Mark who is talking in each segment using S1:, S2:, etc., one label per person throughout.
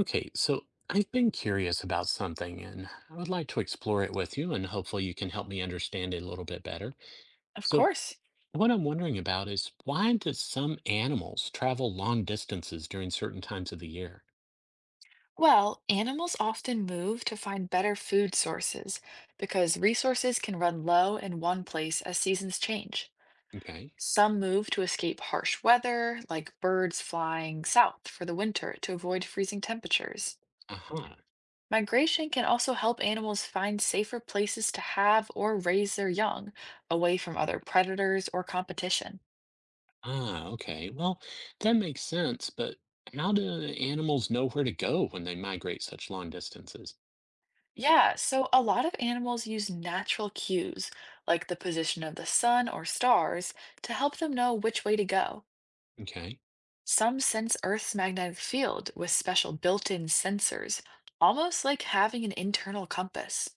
S1: Okay, so I've been curious about something and I would like to explore it with you, and hopefully you can help me understand it a little bit better.
S2: Of
S1: So,
S2: course.
S1: what I'm wondering about is why do some animals travel long distances during certain times of the year?
S2: Well, animals often move to find better food sources because resources can run low in one place as seasons change.
S1: Okay.
S2: Some move to escape harsh weather, like birds flying south for the winter to avoid freezing temperatures.
S1: Uh-huh.
S2: Migration can also help animals find safer places to have or raise their young, away from other predators or competition.
S1: Ah, okay. Well, that makes sense, but how do animals know where to go when they migrate such long distances?
S2: Yeah, so a lot of animals use natural cues, like the position of the sun or stars, to help them know which way to go.
S1: Okay.
S2: Some sense Earth's magnetic field with special built-in sensors, almost like having an internal compass.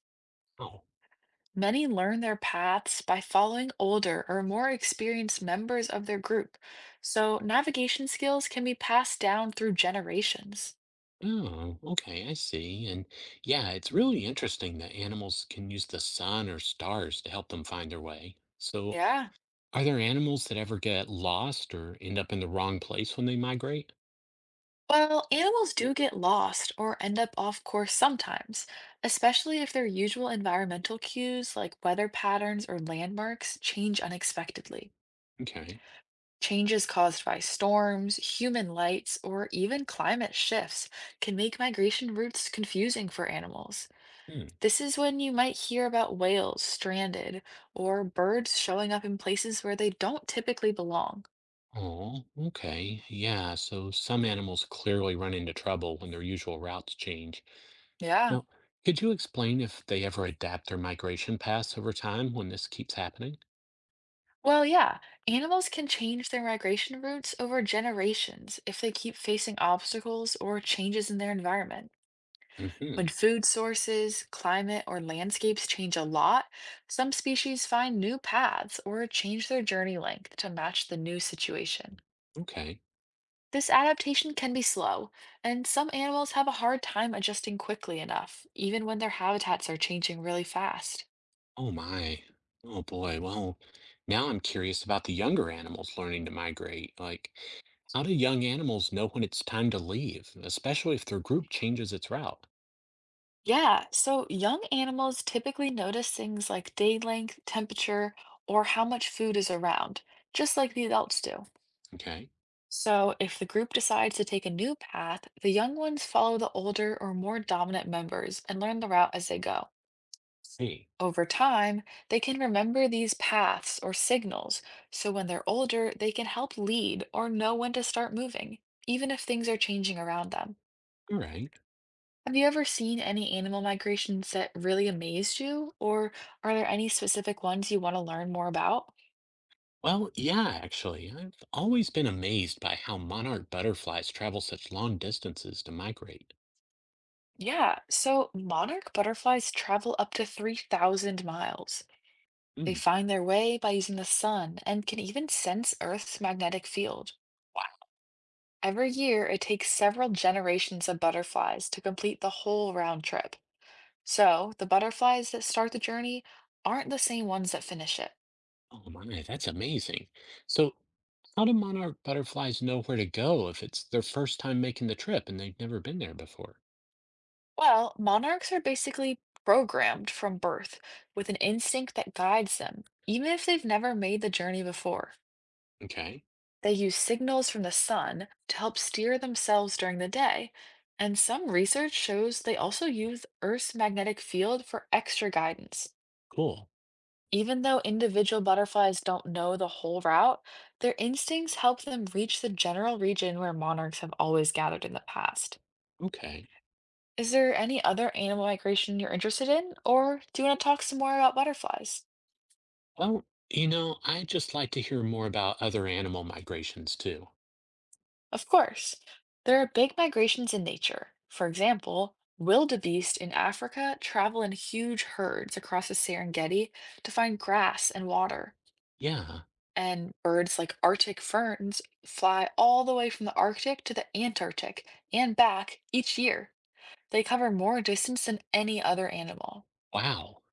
S2: Many learn their paths by following older or more experienced members of their group, so navigation skills can be passed down through generations.
S1: Oh, okay, I see. And yeah, it's really interesting that animals can use the sun or stars to help them find their way. So,
S2: Yeah.
S1: are there animals that ever get lost or end up in the wrong place when they migrate?
S2: Well, animals do get lost or end up off course sometimes, especially if their usual environmental cues like weather patterns or landmarks change unexpectedly.
S1: Okay.
S2: Changes caused by storms, human lights, or even climate shifts can make migration routes confusing for animals.
S1: Hmm.
S2: This is when you might hear about whales stranded or birds showing up in places where they don't typically belong.
S1: Oh, okay. Yeah, so some animals clearly run into trouble when their usual routes change.
S2: Yeah.
S1: Now, could you explain if they ever adapt their migration paths over time when this keeps happening?
S2: Well, yeah, animals can change their migration routes over generations if they keep facing obstacles or changes in their environment. When
S1: Mm-hmm.
S2: food sources, climate, or landscapes change a lot, some species find new paths or change their journey length to match the new situation.
S1: Okay.
S2: This adaptation can be slow, and some animals have a hard time adjusting quickly enough, even when their habitats are changing really fast.
S1: Oh my. Oh boy. Well, now I'm curious about the younger animals learning to migrate. Like, how do young animals know when it's time to leave, especially if their group changes its route?
S2: Yeah, so young animals typically notice things like day length, temperature, or how much food is around, just like the adults do.
S1: Okay.
S2: So if the group decides to take a new path, the young ones follow the older or more dominant members and learn the route as they go.
S1: See.
S2: Over time, they can remember these paths or signals, so when they're older, they can help lead or know when to start moving, even if things are changing around them.
S1: All right.
S2: Have you ever seen any animal migrations that really amazed you, or are there any specific ones you want to learn more about?
S1: Well, yeah, actually, I've always been amazed by how monarch butterflies travel such long distances to migrate.
S2: Yeah, so monarch butterflies travel up to 3,000 miles. They
S1: Mm,
S2: find their way by using the sun and can even sense Earth's magnetic field.
S1: wow.
S2: Every year, it takes several generations of butterflies to complete the whole round trip. So, the butterflies that start the journey aren't the same ones that finish it.
S1: Oh my, that's amazing. So, how do monarch butterflies know where to go if it's their first time making the trip and they've never been there before?
S2: Well, monarchs are basically programmed from birth with an instinct that guides them, even if they've never made the journey before.
S1: Okay,
S2: They use signals from the sun to help steer themselves during the day, and some research shows they also use Earth's magnetic field for extra guidance.
S1: cool.
S2: Even though individual butterflies don't know the whole route, their instincts help them reach the general region where monarchs have always gathered in the past.
S1: Okay.
S2: Is there any other animal migration you're interested in, or do you want to talk some more about butterflies?
S1: Well, I'd just like to hear more about other animal migrations too.
S2: Of course. There are big migrations in nature. For example, wildebeest in Africa travel in huge herds across the Serengeti to find grass and water.
S1: Yeah.
S2: And birds like Arctic ferns fly all the way from the Arctic to the Antarctic and back each year. They cover more distance than any other animal.
S1: Wow.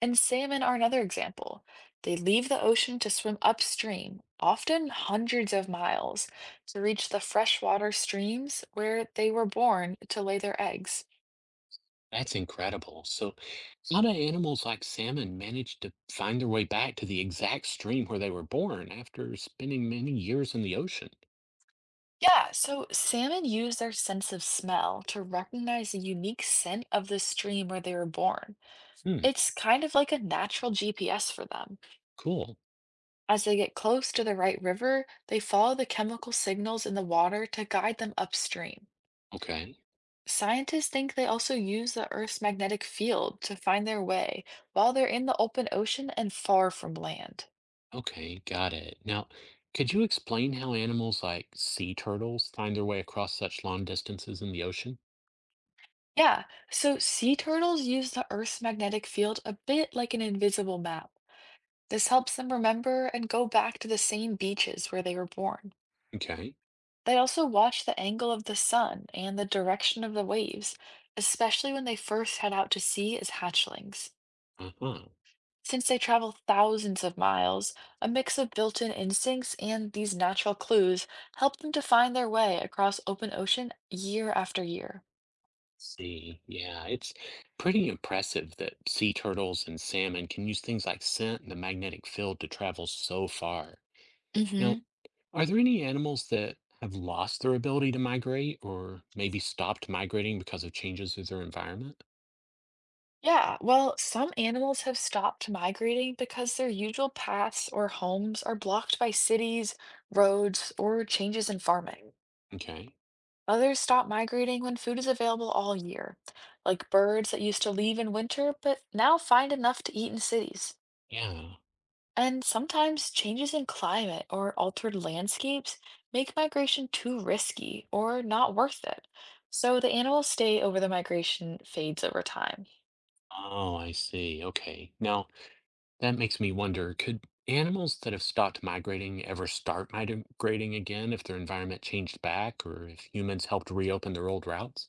S2: And salmon are another example. They leave the ocean to swim upstream, often hundreds of miles, to reach the freshwater streams where they were born to lay their eggs.
S1: That's incredible. So, how do animals like salmon manage to find their way back to the exact stream where they were born after spending many years in the ocean?
S2: Yeah, so salmon use their sense of smell to recognize the unique scent of the stream where they were born.
S1: Hmm.
S2: It's kind of like a natural GPS for them.
S1: Cool.
S2: As they get close to the right river, they follow the chemical signals in the water to guide them upstream.
S1: Okay.
S2: Scientists think they also use the Earth's magnetic field to find their way while they're in the open ocean and far from land.
S1: Okay. Got it. Now, could you explain how animals like sea turtles find their way across such long distances in the ocean?
S2: Yeah, so sea turtles use the Earth's magnetic field a bit like an invisible map. This helps them remember and go back to the same beaches where they were born.
S1: Okay.
S2: They also watch the angle of the sun and the direction of the waves, especially when they first head out to sea as hatchlings.
S1: Uh huh.
S2: Since they travel thousands of miles, a mix of built-in instincts and these natural clues help them to find their way across open ocean year after year.
S1: See, yeah, it's pretty impressive that sea turtles and salmon can use things like scent and the magnetic field to travel so far. Now,
S2: Hmm.
S1: are there any animals that have lost their ability to migrate or maybe stopped migrating because of changes to their environment?
S2: Yeah, well, some animals have stopped migrating because their usual paths or homes are blocked by cities, roads, or changes in farming.
S1: Okay.
S2: Others stop migrating when food is available all year, like birds that used to leave in winter but now find enough to eat in cities.
S1: Yeah.
S2: And sometimes changes in climate or altered landscapes make migration too risky or not worth it. So the animals stay over the migration fades over time.
S1: Oh, I see. Okay. Now, that makes me wonder, could animals that have stopped migrating ever start migrating again if their environment changed back or if humans helped reopen their old routes?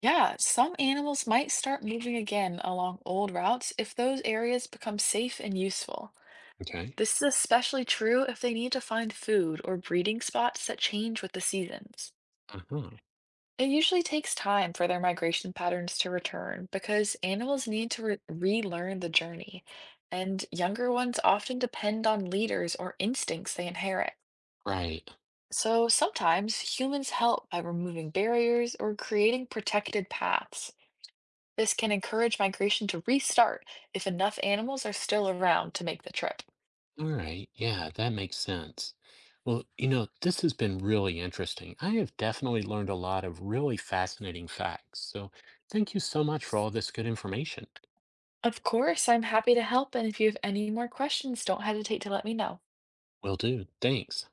S2: Yeah, some animals might start moving again along old routes if those areas become safe and useful.
S1: Okay.
S2: This is especially true if they need to find food or breeding spots that change with the seasons.
S1: Uh-huh.
S2: It usually takes time for their migration patterns to return because animals need to relearn the journey, and younger ones often depend on leaders or instincts they inherit.
S1: Right.
S2: So sometimes humans help by removing barriers or creating protected paths. This can encourage migration to restart if enough animals are still around to make the trip.
S1: All right. Yeah, that makes sense. Well, this has been really interesting. I have definitely learned a lot of really fascinating facts. So thank you so much for all this good information.
S2: Of course, I'm happy to help, and if you have any more questions, don't hesitate to let me know.
S1: Will do. Thanks.